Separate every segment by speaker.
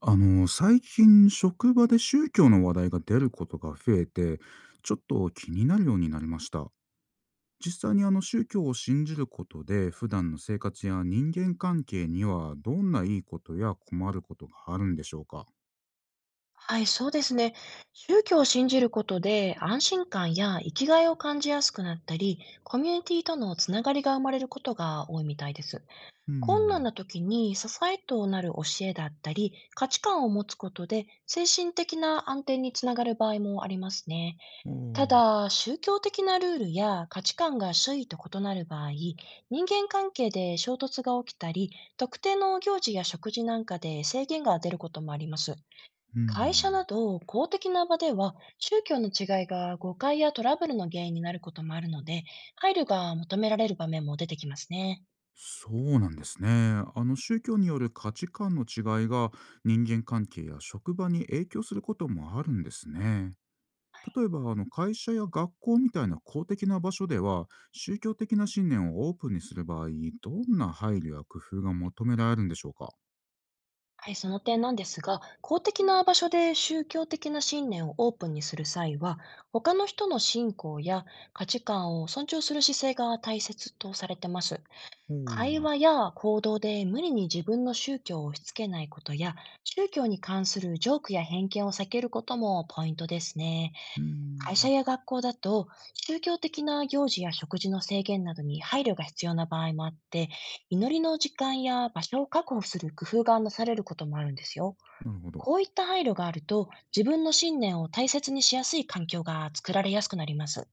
Speaker 1: 最近職場で宗教の話題が出ることが増えて、ちょっと気になるようになりました。実際に宗教を信じることで、普段の生活や人間関係にはどんないいことや困ることがあるんでしょうか？
Speaker 2: はい、そうですね。宗教を信じることで安心感や生きがいを感じやすくなったり、コミュニティとのつながりが生まれることが多いみたいです。
Speaker 1: う
Speaker 2: 困難
Speaker 1: ん。
Speaker 2: な時に支えとなる教えだったり、価値観を持つことで精神的な安定につながる場合もありますね。
Speaker 1: あ
Speaker 2: た
Speaker 1: あ。
Speaker 2: だ、宗教的なルールや価値観が周囲と異なる場合、人間関係で衝突が起きたり、特定の行事や食事なんかで制限が出ることもあります。
Speaker 1: う
Speaker 2: 会社な
Speaker 1: ん。
Speaker 2: ど公的な場では宗教の違いが誤解やトラブルの原因になることもあるので、配慮が求められる場面も出てきますね。
Speaker 1: そうなんですね。宗教による価値観の違いが人間関係や職場に影響することもあるんですね。例えば会社や学校みたいな公的な場所では宗教的な信念をオープンにする場合、どんな配慮や工夫が求められるんでしょうか？
Speaker 2: はい、その点なんですが、公的な場所で宗教的な信念をオープンにする際は、他の人の信仰や価値観を尊重する姿勢が大切とされてます。
Speaker 1: お
Speaker 2: 会
Speaker 1: う。
Speaker 2: 話や行動で無理に自分の宗教を押し付けないことや、宗教に関するジョークや偏見を避けることもポイントですね。
Speaker 1: うー
Speaker 2: 会社
Speaker 1: ん。
Speaker 2: や学校だと、宗教的な行事や食事の制限などに配慮が必要な場合もあって、祈りの時間や場所を確保する工夫がなされることもあるんですよ。
Speaker 1: なるほど。
Speaker 2: こういった配慮があると、自分の信念を大切にしやすい環境が作られやすくなります。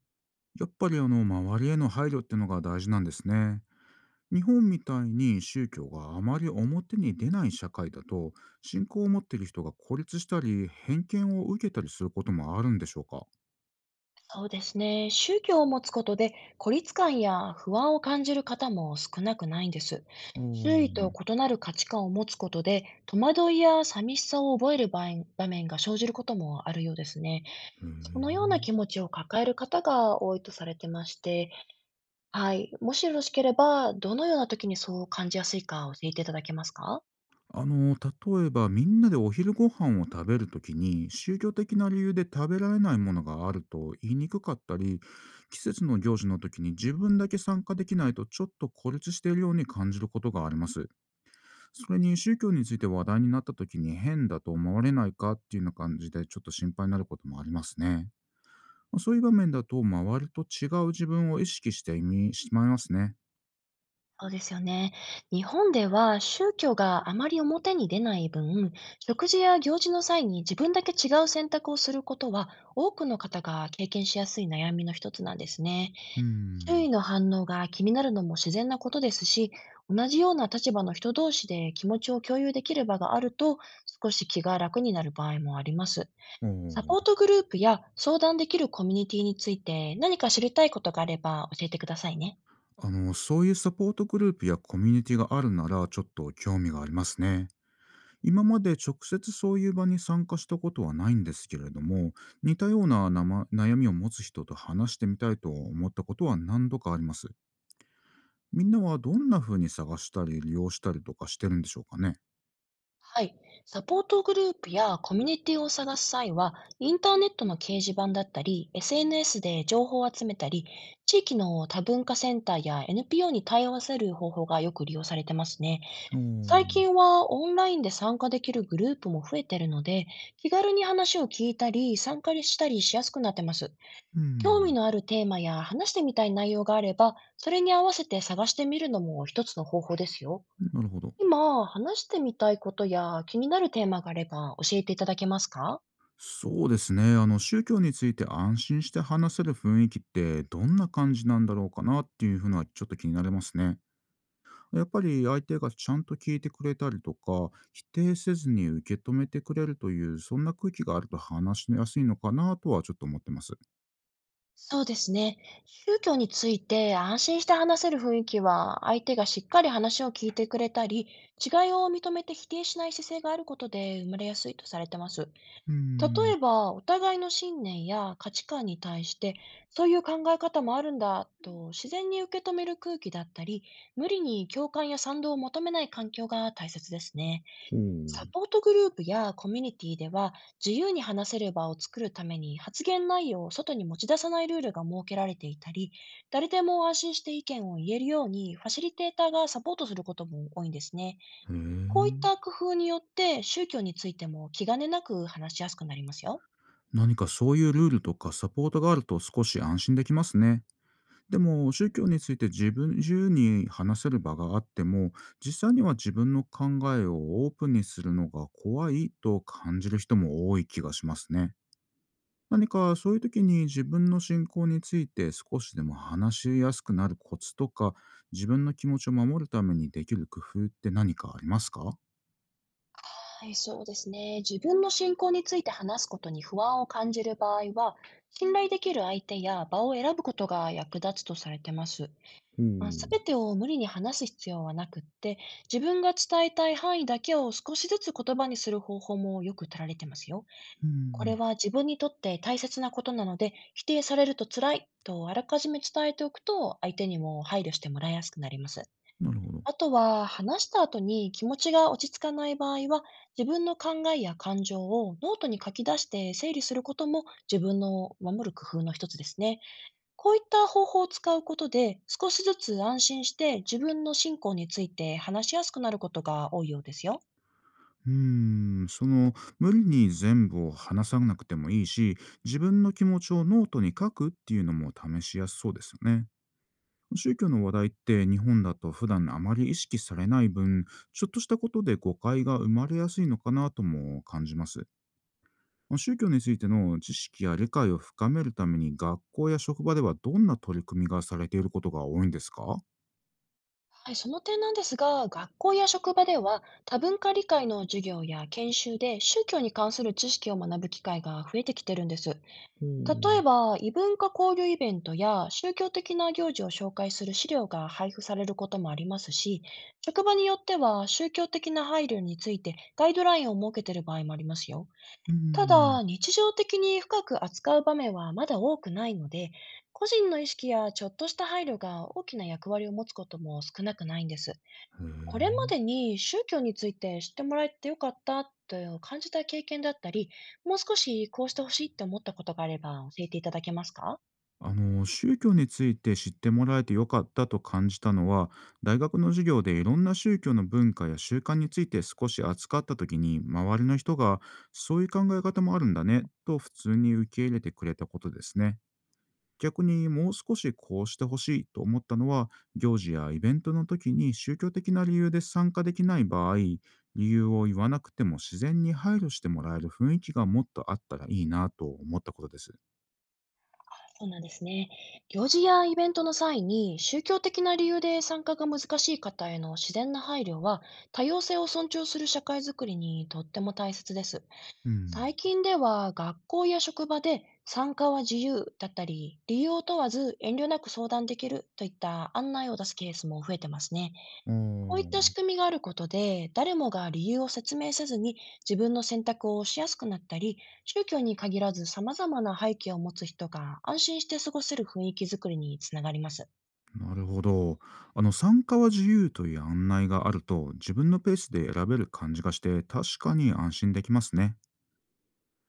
Speaker 1: やっぱり周りへの配慮っていうのが大事なんですね。日本みたいに宗教があまり表に出ない社会だと、信仰を持っている人が孤立したり偏見を受けたりすることもあるんでしょうか？
Speaker 2: そうですね。宗教を持つことで孤立感や不安を感じる方も少なくないんです。
Speaker 1: あ
Speaker 2: 周
Speaker 1: ー。
Speaker 2: 囲と
Speaker 1: へ
Speaker 2: 異なる価値観を持つことで、戸惑いや寂しさを覚える場合場面が生じることもあるようですね。そのよう
Speaker 1: え。
Speaker 2: な気持ちを抱える方が多いとされてまして、はい。もしよろしければ、どのような時にそう感じやすいか教えていただけますか？
Speaker 1: 例えばみんなでお昼ご飯を食べるときに宗教的な理由で食べられないものがあると言いにくかったり、季節の行事の時に自分だけ参加できないとちょっと孤立しているように感じることがあります。それに宗教について話題になった時に変だと思われないかっていうような感じでちょっと心配になることもありますね。まあそういう場面だと周りと違う自分を意識してみしまいますね。
Speaker 2: そうですよね。日本では宗教があまり表に出ない分、食事や行事の際に自分だけ違う選択をすることは、多くの方が経験しやすい悩みの一つなんですね。
Speaker 1: うー
Speaker 2: 周
Speaker 1: ん。
Speaker 2: 囲の反応が気になるのも自然なことですし、同じような立場の人同士で気持ちを共有できる場があると、少し気が楽になる場合もあります。
Speaker 1: お
Speaker 2: サ
Speaker 1: ー。
Speaker 2: ポートグループや相談できるコミュニティについて何か知りたいことがあれば教えてくださいね。
Speaker 1: そういうサポートグループやコミュニティがあるならちょっと興味がありますね。今まで直接そういう場に参加したことはないんですけれども、似たようななま悩みを持つ人と話してみたいと思ったことは何度かあります。みんなはどんな風に探したり利用したりとかしてるんでしょうかね？
Speaker 2: はい。サポートグループやコミュニティを探す際は、インターネットの掲示板だったり、SNS で情報を集めたり、地域の多文化センターや NPO に対応させる方法がよく利用されてますね。
Speaker 1: お
Speaker 2: 最
Speaker 1: ー。
Speaker 2: 近はオンラインで参加できるグループも増えてるので、気軽に話を聞いたり、参加したりしやすくなってます。
Speaker 1: う
Speaker 2: 興味
Speaker 1: ん。
Speaker 2: のあるテーマや話してみたい内容があれば、それに合わせて探してみるのも一つの方法ですよ。
Speaker 1: なるほど。
Speaker 2: 今、話してみたいことや気になるテーマがあれば教えていただけますか？
Speaker 1: そうですね、宗教について安心して話せる雰囲気ってどんな感じなんだろうかなっていう風のはちょっと気になりますね。やっぱり相手がちゃんと聞いてくれたりとか、否定せずに受け止めてくれるという、そんな空気があると話しやすいのかなとはちょっと思ってます。
Speaker 2: そうですね。宗教について安心して話せる雰囲気は、相手がしっかり話を聞いてくれたり、違いを認めて否定しない姿勢があることで生まれやすいとされてます。
Speaker 1: うー
Speaker 2: 例
Speaker 1: ん。
Speaker 2: えば、お互いの信念や価値観に対して、そういう考え方もあるんだと自然に受け止める空気だったり、無理に共感や賛同を求めない環境が大切ですね。
Speaker 1: ほ
Speaker 2: サ
Speaker 1: う。
Speaker 2: ポートグループやコミュニティでは、自由に話せる場を作るために発言内容を外に持ち出さないルールが設けられていたり、誰でも安心して意見を言えるようにファシリテーターがサポートすることも多いんですね。
Speaker 1: へ
Speaker 2: こういっ
Speaker 1: え。
Speaker 2: た工夫によって宗教についても気兼ねなく話しやすくなりますよ。
Speaker 1: 何かそういうルールとかサポートがあると少し安心できますね。でも宗教について自分自由に話せる場があっても、実際には自分の考えをオープンにするのが怖いと感じる人も多い気がしますね。何かそういう時に自分の信仰について少しでも話しやすくなるコツとか、自分の気持ちを守るためにできる工夫って何かありますか？ほ
Speaker 2: はい、そうですね。自分の信仰について話すことに不安を感じる場合は、信頼できる相手や場を選ぶことが役立つとされてます。
Speaker 1: う。
Speaker 2: まあ、
Speaker 1: う
Speaker 2: 全てを無理に話す必要はなくって、自分が伝えたい範囲だけを少しずつ言葉にする方法もよく取られてますよ。これ
Speaker 1: ん。
Speaker 2: は自分にとって大切なことなので、否定されると辛いとあらかじめ伝えておくと、相手にも配慮してもらいやすくなります。
Speaker 1: なるほど。
Speaker 2: あとは、話した後に気持ちが落ち着かない場合は、自分の考えや感情をノートに書き出して整理することも、自分の守る工夫の一つですね。こういった方法を使うことで、少しずつ安心して自分の信仰について話しやすくなることが多いようですよ。
Speaker 1: うーん、その、無理に全部を話さなくてもいいし、自分の気持ちをノートに書くっていうのも試しやすそうですよね。宗教の話題って日本だと普段あまり意識されない分、ちょっとしたことで誤解が生まれやすいのかなとも感じます。宗教についての知識や理解を深めるために学校や職場ではどんな取り組みがされていることが多いんですか？
Speaker 2: はい、その点なんですが、学校や職場では多文化理解の授業や研修で宗教に関する知識を学ぶ機会が増えてきてるんです。
Speaker 1: ほ
Speaker 2: 例え
Speaker 1: う。
Speaker 2: ば、異文化交流イベントや宗教的な行事を紹介する資料が配布されることもありますし、職場によっては宗教的な配慮についてガイドラインを設けている場合もありますよ。
Speaker 1: うー
Speaker 2: た
Speaker 1: ん。
Speaker 2: だ、日常的に深く扱う場面はまだ多くないので、個人の意識やちょっとした配慮が大きな役割を持つことも少なくないんです。
Speaker 1: へ
Speaker 2: これま
Speaker 1: え。
Speaker 2: でに宗教について知ってもらえてよかったという感じた経験だったり、もう少しこうしてほしいって思ったことがあれば教えていただけますか？
Speaker 1: 宗教について知ってもらえてよかったと感じたのは、大学の授業でいろんな宗教の文化や習慣について少し扱った時に周りの人がそういう考え方もあるんだねと普通に受け入れてくれたことですね。逆にもう少しこうしてほしいと思ったのは、行事やイベントの時に宗教的な理由で参加できない場合、理由を言わなくても自然に配慮してもらえる雰囲気がもっとあったらいいなと思ったことです。
Speaker 2: そうなんですね。行事やイベントの際に宗教的な理由で参加が難しい方への自然な配慮は、多様性を尊重する社会づくりにとっても大切です。
Speaker 1: うん。
Speaker 2: 最近では学校や職場で参加は自由だったり、理由を問わず遠慮なく相談できるといった案内を出すケースも増えてますね。
Speaker 1: あ
Speaker 2: こういった仕
Speaker 1: あ。
Speaker 2: 組みがあることで、誰もが理由を説明せずに自分の選択をしやすくなったり、宗教に限らず様々な背景を持つ人が安心して過ごせる雰囲気づくりにつながります。
Speaker 1: なるほど。参加は自由という案内があると、自分のペースで選べる感じがして、確かに安心できますね。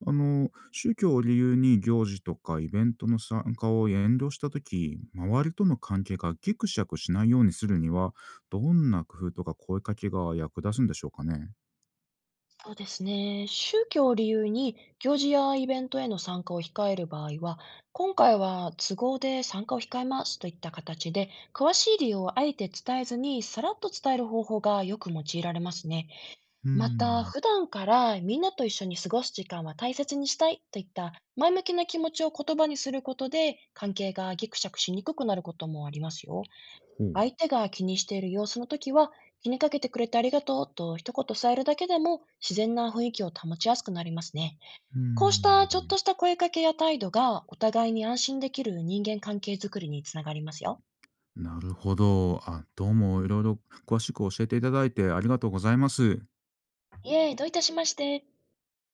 Speaker 1: 宗教を理由に行事とかイベントの参加を遠慮したとき、周りとの関係がギクシャクしないようにするには、どんな工夫とか声かけが役立つんでしょうかね？
Speaker 2: そうですね。宗教を理由に行事やイベントへの参加を控える場合は、今回は都合で参加を控えますといった形で、詳しい理由をあえて伝えずにさらっと伝える方法がよく用いられますね。
Speaker 1: う
Speaker 2: また、
Speaker 1: ん。
Speaker 2: 普段からみんなと一緒に過ごす時間は大切にしたいといった前向きな気持ちを言葉にすることで、関係がギクシャクしにくくなることもありますよ。
Speaker 1: ほう。
Speaker 2: 相手が気にしている様子の時は、気にかけてくれてありがとうと一言添えるだけでも自然な雰囲気を保ちやすくなりますね。
Speaker 1: うー
Speaker 2: こうしたちょっ
Speaker 1: ん。
Speaker 2: とした声かけや態度が、お互いに安心できる人間関係づくりにつながりますよ。
Speaker 1: なるほど。あ、どうもいろいろ詳しく教えていただいてありがとうございます。
Speaker 2: いえ、どういたしまして。